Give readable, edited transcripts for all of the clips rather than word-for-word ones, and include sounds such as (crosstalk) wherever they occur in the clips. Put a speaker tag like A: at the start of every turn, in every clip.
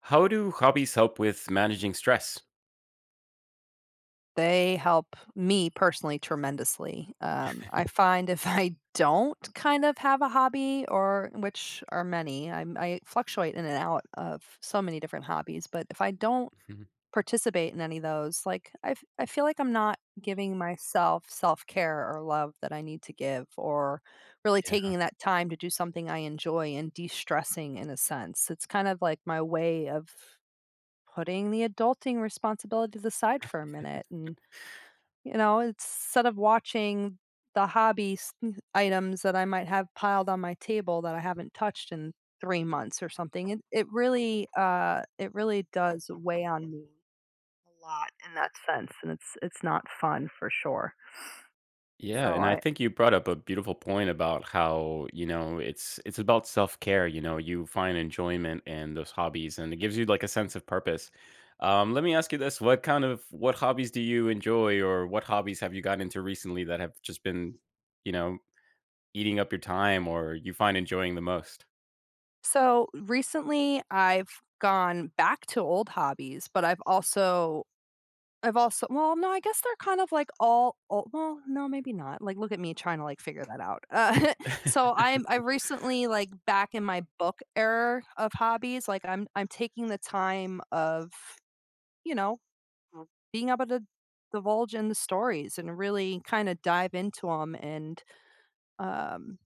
A: How do hobbies help with managing stress?
B: They help me personally tremendously. I find if (laughs) I don't kind of have a hobby or which are many, I fluctuate in and out of so many different hobbies, but if I don't
A: Mhm.
B: participate in any of those, like I feel like I'm not giving myself self care or love that I need to give, or really
A: Yeah.
B: taking that time to do something I enjoy and de stressing in a sense. It's kind of like my way of putting the adulting responsibilities aside for a minute and instead of watching the hobby s items that I might have piled on my table that I haven't touched in 3 months or something, it really, it really does weigh on me a lot in that sense, and it's not fun for sure.
A: Yeah,
B: So
A: and I
B: I
A: think you brought up a beautiful point about how, it's about self-care. You know, you find enjoyment in those hobbies and it gives you like a sense of purpose. Let me ask you this, what kind of what hobbies do you enjoy, or what hobbies have you gotten into recently that have just been, you know, eating up your time or you find enjoying the most?
B: so recently, I've gone back to old hobbies, but I've also well, no, I guess they're kind of like all well, no, maybe not. Like, look at me trying to, like, figure that out. (laughs)
A: (laughs)
B: I recently, like, back in my book era of hobbies, like, I'm taking the time of, you know, r being able to divulge in the stories and really kinda dive into them and, um,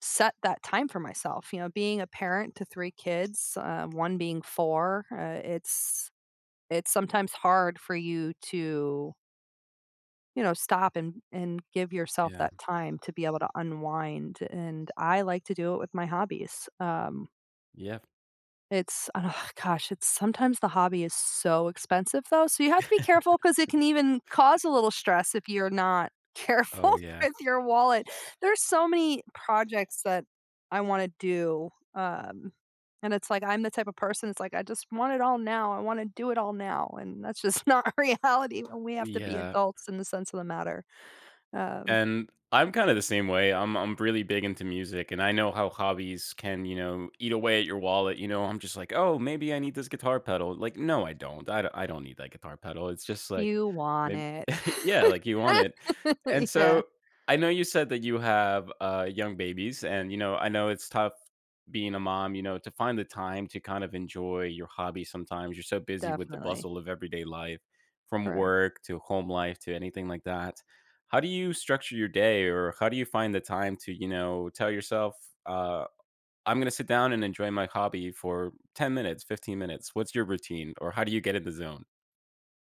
B: set that time for myself, you know, being a parent to 3 kids, 1 being 4, it's it's sometimes hard for you to you know, stop and give yourself
A: Yeah.
B: that time to be able to unwind, and I like to do it with my hobbies.
A: Yeah.
B: It's oh (sighs) gosh, it's sometimes the hobby is so expensive though, so you have to be careful because it can even cause a little stress if you're not (laughs) careful
A: Oh, yeah.
B: with your wallet. There's so many projects that I wanna do, and it's like I'm the type of person It's like, "I just want it all now, I wanna do it all now," and that's just (laughs) not reality when we have to be
A: Yeah.
B: adults in the sense of the matter. Um,
A: And I'm kind of the same way. I'm really big into music, and I know how hobbies can, eat away at your wallet. You know, I'm just like, oh, maybe I need this guitar pedal. Like, no, I don't. I don't need that guitar pedal. It's just like
B: you want
A: May
B: it.
A: (laughs) yeah, like,
B: (laughs)
A: you want it. And
B: Yeah,
A: so, I know you said that you have, young babies and, you know, I know it's tough being a mom, you know, to find the time to kind of enjoy your hobby sometimes. You're so busy with the
B: definitely.
A: bustle of everyday life, from
B: Correct.
A: work to home life to anything like that. How do you structure your day, or how do you find the time to, you know, tell yourself, uh, "I'm gonna sit down and enjoy my hobby for 10 minutes, 15 minutes." What's your routine, or how do you get in the zone?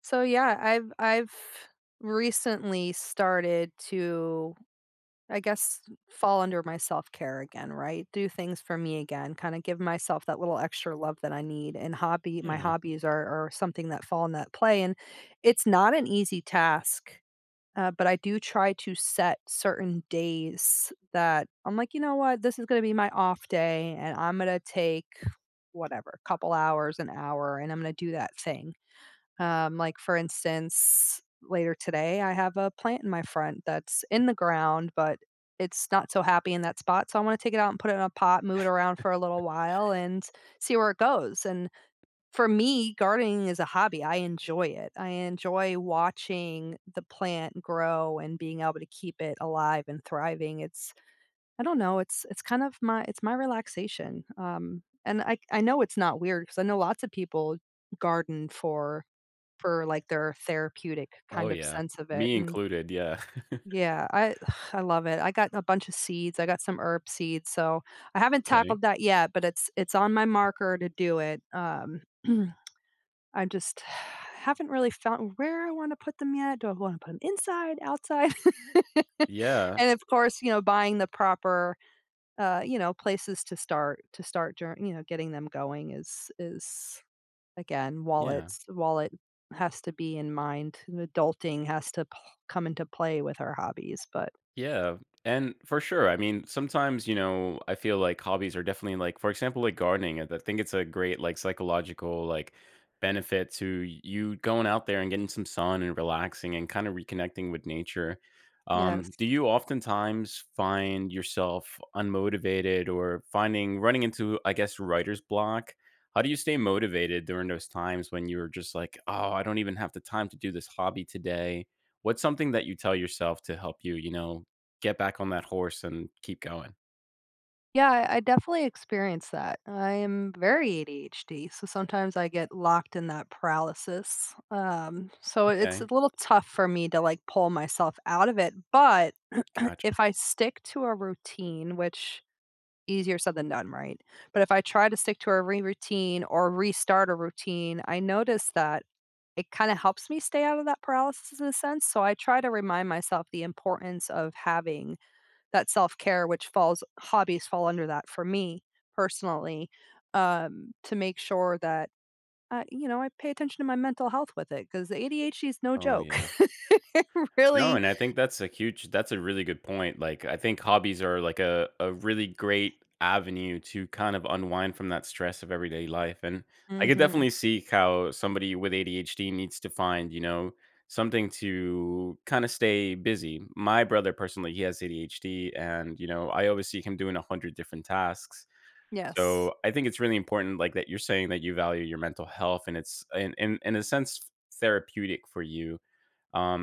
B: So, yeah, I've recently started to, I guess, fall under my self-care again, right? Do things for me again, kinda give myself that little extra love that I need, and hobby my
A: Yeah.
B: hobbies are something that fall in that play, and it's not an easy task. But I do try to set certain days that I'm like, you know what, this is going to be my off day, and I'm going to take whatever, couple hours, an hour, and I'm going to do that thing. Like for instance, later today, I have a plant in my front that's in the ground, but it's not so happy in that spot. So I want to take it out and put it in a pot, move it around for a little while, and see where it goes. And for me, gardening is a hobby. I enjoy it. I enjoy watching the plant grow and being able to keep it alive and thriving. It's I don't know, it's kind of my it's my relaxation. And I know it's not weird because I know lots of people garden for like their therapeutic
A: Oh,
B: kind of
A: yeah.
B: sense of it
A: Me
B: and
A: included, yeah. (laughs)
B: yeah, I (sighs) I love it. I got a bunch of seeds. I got some herb seeds, so I haven't
A: Okay.
B: tackled that yet, but it's on my marker to do it. (clears throat) I just haven't really found where I wanna put them yet. Do I wanna put them inside, outside? (laughs)
A: Yeah,
B: And of course, you know, buying the proper, you know, places to start jour you know, getting them going is again,
A: yeah.
B: wallet has to be in mind. Adulting has to p come into play with our hobbies, but
A: Yeah. And for sure, I mean, sometimes, you know, I feel like hobbies are definitely like, for example, like gardening. I think it's a great, like, psychological, like, benefit to you going out there and getting some sun and relaxing and kind of reconnecting with nature.
B: yes.
A: Do you oftentimes find yourself unmotivated or finding running into, I guess, writer's block? How do you stay motivated during those times when you're just like, oh, I don't even have the time to do this hobby today? What's something that you tell yourself to help you, you know, get back on that horse and keep going.
B: Yeah, I definitely experience that. I am very ADHD, so sometimes I get locked in that paralysis. So it's a
A: Okay,
B: little tough for me to like pull myself out of it. But (clears throat)
A: gotcha.
B: if I stick to a routine, which easier said than done, right? But if I try to stick to a routine or restart a routine, I notice that it kind of helps me stay out of that paralysis in a sense. So I try to remind myself the importance of having that self-care which falls hobbies fall under that for me personally, to make sure that I you know, I pay attention to my mental health with it 'cause the ADHD is no
A: Oh,
B: joke.
A: yeah.
B: (laughs) It
A: No,
B: really
A: and I think that's a really good point. Like, I think hobbies are, like, a really great avenue to kind of unwind from that stress of everyday life, and I could
B: Mhm.
A: definitely see how somebody with ADHD needs to find, you know, something to kinda stay busy. My brother personally, he has ADHD, and, you know, I always see him doing 100 different tasks.
B: Yes,
A: So, I think it's really important, like, that you're saying that you value your mental health, and it's in a sense therapeutic for you.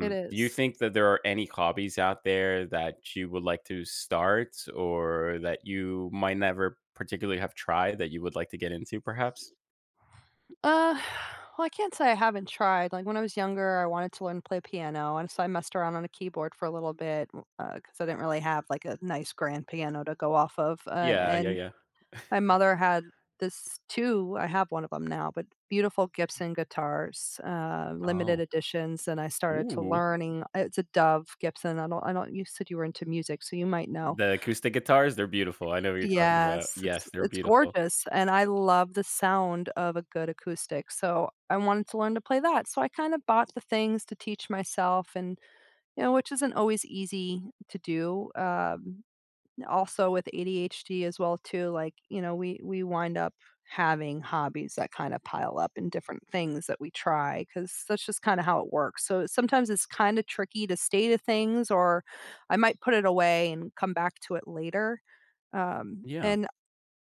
B: it
A: Do you
B: is.
A: think that there are any hobbies out there that you would like to start, or that you might never particularly have tried that you would like to get into perhaps?
B: Uh, (sighs) well, I can't say I haven't tried, like, when I was younger, I wanted to learn to play piano, and so I messed around on a keyboard for a little bit, because I didn't really have, like, a nice grand piano to go off of,
A: Yeah, yeah,
B: and
A: yeah.
B: my mother had this too, I have one of them now, but beautiful Gibson guitars, limited
A: Oh,
B: editions, and I started to
A: ooh.
B: learning it's a Dove Gibson, I don't you said you were into music, so you might know.
A: The acoustic guitars, they're beautiful. I know what you're talking about.
B: Yes, it's
A: Yes, they're
B: it's
A: beautiful.
B: gorgeous, and I love the sound of a good acoustic, so I wanted to learn to play that, so I kinda bought the things to teach myself and, you know, which isn't always easy to do, also with ADHD as well too, like, you know, we wind up having hobbies that kind of pile up in different things that we try because that's just kinda how it works. So sometimes it's kinda tricky to stay to things or I might put it away and come back to it later.
A: Yeah.
B: And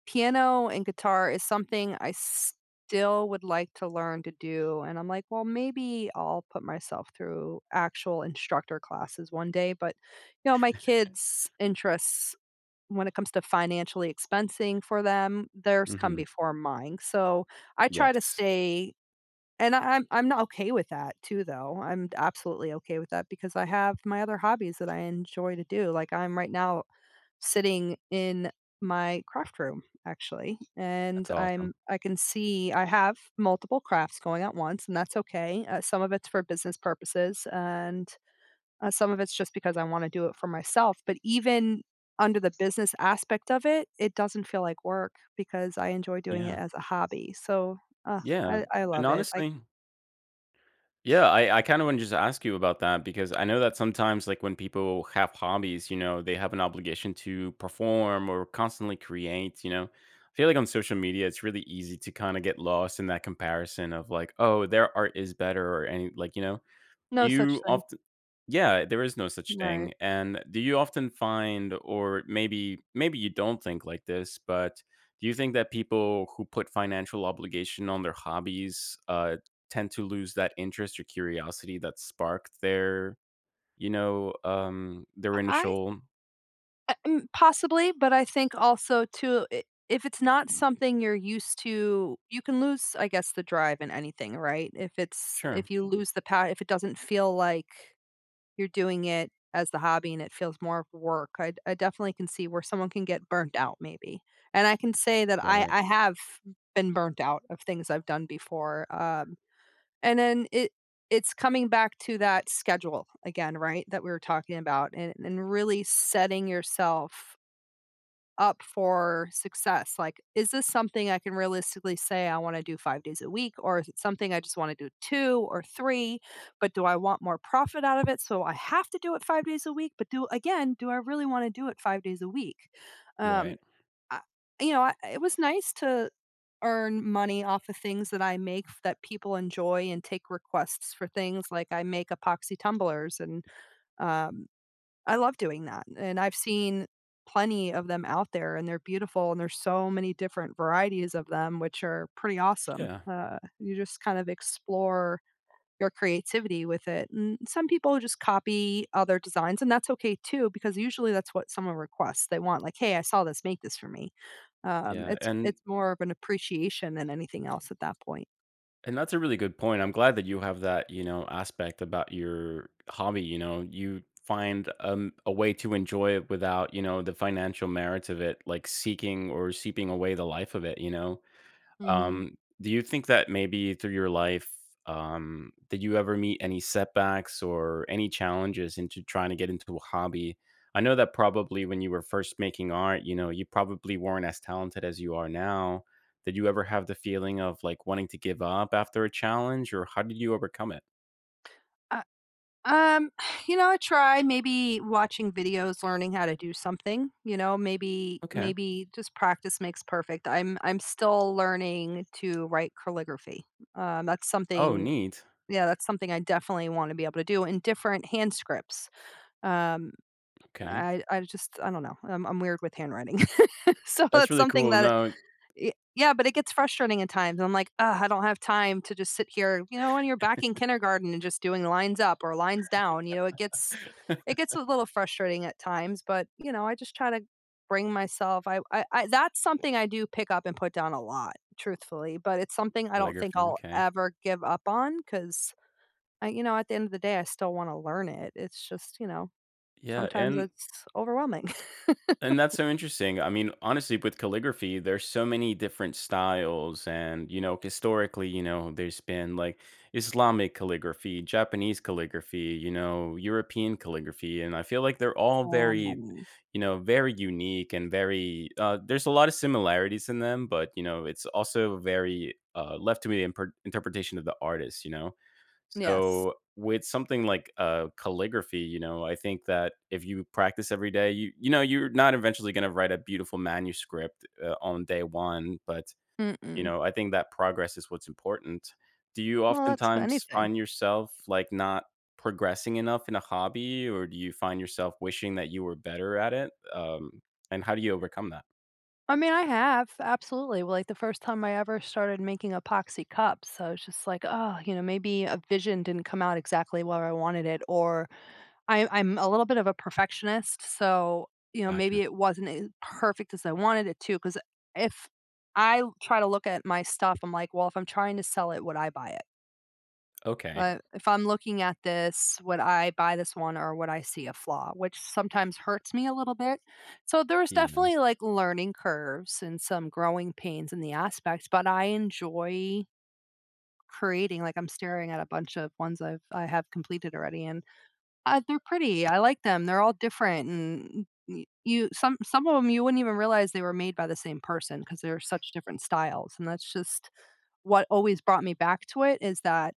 B: piano and guitar is something I still would like to learn to do, and I'm like, "Well, maybe I'll put myself through actual instructor classes one day," but, you know, my kids' interests when it comes to financially expensing for them, theirs come
A: Mhm.
B: before mine, so I try to
A: Yes.
B: stay and I'm not okay with that too, though. I'm absolutely okay with that because I have my other hobbies that I enjoy to do, like, I'm right now sitting in my craft room, actually, and
A: That's awesome.
B: I can see I have multiple crafts going at once, and that's okay, some of it's for business purposes, and some of it's just because I wanna do it for myself, but even under the business aspect of it, it doesn't feel like work because I enjoy doing it
A: Yeah.
B: as a hobby. So, uh,
A: Yeah,
B: I
A: and
B: love it. Like,
A: honestly Yeah, I kind of want to just ask you about that, because I know that sometimes, like when people have hobbies, you know, they have an obligation to perform or constantly create, you know. I feel like on social media, it's really easy to kind of get lost in that comparison of like, oh, their art is better, or any, like, you know. Do
B: no such
A: you
B: thing.
A: often Yeah, there is no such
B: Right.
A: thing. And do you often find, or maybe you don't think like this, but do you think that people who put financial obligation on their hobbies, tend to lose that interest or curiosity that sparked their, you know, their
B: I
A: initial—
B: I mm, possibly, but I think also too, I if it's not something you're used to, you can lose, I guess, the drive in anything, right? If it's if
A: Sure.
B: you lose the pa if it doesn't feel like you're doing it as the hobby and it feels more of work. I definitely can see where someone can get burnt out maybe. And I can say that
A: Right,
B: I have been burnt out of things I've done before. And then it's coming back to that schedule again, right? That we were talking about and really setting yourself up for success? Like, is this something I can realistically say I want to do 5 days a week or is it something I just want to do 2 or 3, but do I want more profit out of it, so I have to do it 5 days a week, but do I really want to do it 5 days a week? Um,
A: right.
B: I you know, I it was nice to earn money off of things that I make f that people enjoy and take requests for things, like, I make epoxy tumblers and, um I love doing that, and I've seen plenty of them out there, and they're beautiful, and there's so many different varieties of them, which are pretty awesome.
A: Yeah,
B: You just kind of explore your creativity with it, and some people just copy other designs, and that's okay too, because usually that's what someone requests. They want like, "Hey, I saw this. Make this for me."
A: yeah,
B: It's
A: and
B: it's more of an appreciation than anything else at that point.
A: And that's a really good point. I'm glad that you have that, you know, aspect about your hobby. You know, you find, a way to enjoy it without, you know, the financial merits of it, like seeking or seeping away the life of it. You know,
B: Mhm.
A: do you think that maybe through your life, did you ever meet any setbacks or any challenges into trying to get into a hobby? I know that probably when you were first making art, you know, you probably weren't as talented as you are now. Did you ever have the feeling of like wanting to give up after a challenge, or how did you overcome it?
B: Um, (sighs) you know, I try maybe watching videos, learning how to do something, you know,
A: Okay.
B: maybe just practice makes perfect. I'm still learning to write calligraphy. That's
A: Oh,
B: something
A: neat.
B: yeah, that's something I definitely want to be able to do in different hand scripts. Um,
A: Okay.
B: I just I don't know. I'm weird with handwriting. (laughs) so
A: That's
B: that's
A: really
B: something
A: cool.
B: that
A: No.
B: Y yeah, but it gets frustrating at times. I'm like, "Ugh, I don't have time to just sit here," you know, and you're back in kindergarten and just doing lines up or lines down, you know, it
A: (laughs)
B: gets a little frustrating at times, but, you know, I just try to bring myself I that's something I do pick up and put down a lot, truthfully, but it's something I don't think
A: Calligraphy.
B: I'll
A: Okay.
B: ever give up on 'cause I you know, at the end of the day, I still wanna learn it. It's just, you know,
A: Yeah.
B: sometimes it's overwhelming. (laughs)
A: And that's so interesting. I mean, honestly, with calligraphy, there's so many different styles, and you know, historically, you know, there's been like Islamic calligraphy, Japanese calligraphy, you know, European calligraphy, and I feel like they're all
B: So
A: very,
B: many.
A: you know, very unique and very. There's a lot of similarities in them, but you know, it's also very, left to the interpretation of the artist. You know.
B: Yes.
A: So, with something like, calligraphy, you know, I think that if you practice every day, you know, you're not eventually gonna write a beautiful manuscript, on day 1, but, you
B: Mm-mm.
A: know, I think that progress is what's important. Do you
B: Well, that's
A: oftentimes
B: anything.
A: find yourself, like, not progressing enough in a hobby, or do you find yourself wishing that you were better at it? And how do you overcome that?
B: I mean, I have, absolutely. Well, like, the first time I ever started making epoxy cups, I was just like, "Oh," you know, "maybe a vision didn't come out exactly where I wanted it," or I'm a little bit of a perfectionist, so, you know, maybe
A: Gotcha.
B: it wasn't as perfect as I wanted it to. Because if I try to look at my stuff, I'm like, "Well, if I'm trying to sell it, would I buy it?"
A: Okay.
B: If I'm looking at this, would I buy this one or would I see a flaw, which sometimes hurts me a little bit. So there was
A: Yeah,
B: definitely like learning curves and some growing pains in the aspects, but I enjoy creating. Like I'm staring at a bunch of ones I have completed already, and they're pretty. I like them. They're all different, and you some of them you wouldn't even realize they were made by the same person because they're such different styles, and that's just what always brought me back to it is that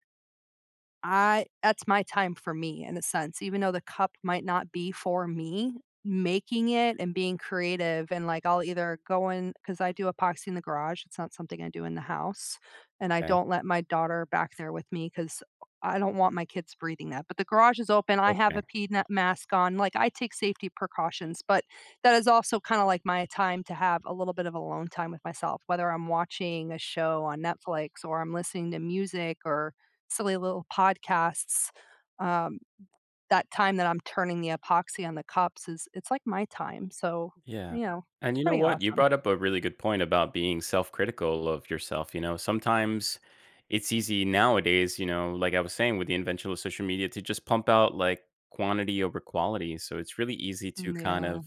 B: I that's my time for me in a sense, even though the cup might not be for me, making it and being creative and like I'll either go in because I do epoxy in the garage. It's not something I do in the house. And I
A: okay,
B: don't let my daughter back there with me because I don't want my kids breathing that. But the garage is open. I have
A: okay.
B: a pee net mask on. Like I take safety precautions, but that is also kind of like my time to have a little bit of alone time with myself, whether I'm watching a show on Netflix or I'm listening to music or silly little podcasts, um, that time that I'm turning the epoxy on the cups is it's like my time, so,
A: Yeah.
B: you know,
A: And
B: it's
A: you know
B: pretty
A: what? You
B: awesome.
A: brought up a really good point about being self-critical of yourself, you know. Sometimes it's easy nowadays, you know, like I was saying, with the invention of social media, to just pump out like quantity over quality. So it's really easy to
B: Mm,
A: kind
B: yeah,
A: of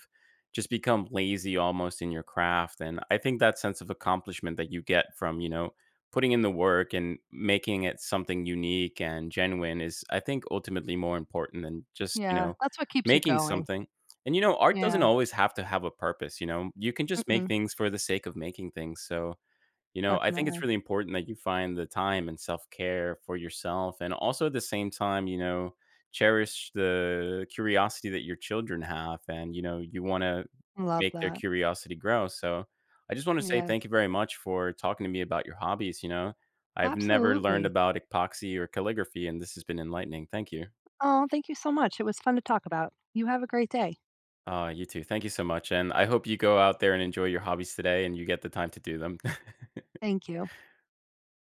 A: just become lazy almost in your craft. And I think that sense of accomplishment that you get from, you know, putting in the work and making it something unique and genuine is I think ultimately more important than just, you
B: yeah,
A: know,
B: that's what keeps you
A: making
B: going.
A: something. And, you know, art
B: Yeah,
A: doesn't always have to have a purpose, you know? You can just make
B: mm-mm,
A: things for the sake of making things. So, you know, I think it's
B: definitely.
A: really important that you find the time and self-care for yourself, and also at the same time, you know, cherish the curiosity that your children have, and, you know, you wanna
B: Love
A: make their
B: that.
A: curiosity grow. So, I just wanna say
B: Yes,
A: thank you very much for talking to me about your hobbies, you know? I've never learned
B: absolutely.
A: about epoxy or calligraphy, and this has been enlightening. Thank you.
B: Oh, thank you so much, it was fun to talk about. You have a great day.
A: You too. Thank you so much. And I hope you go out there and enjoy your hobbies today and you get the time to do them. (laughs)
B: Thank you.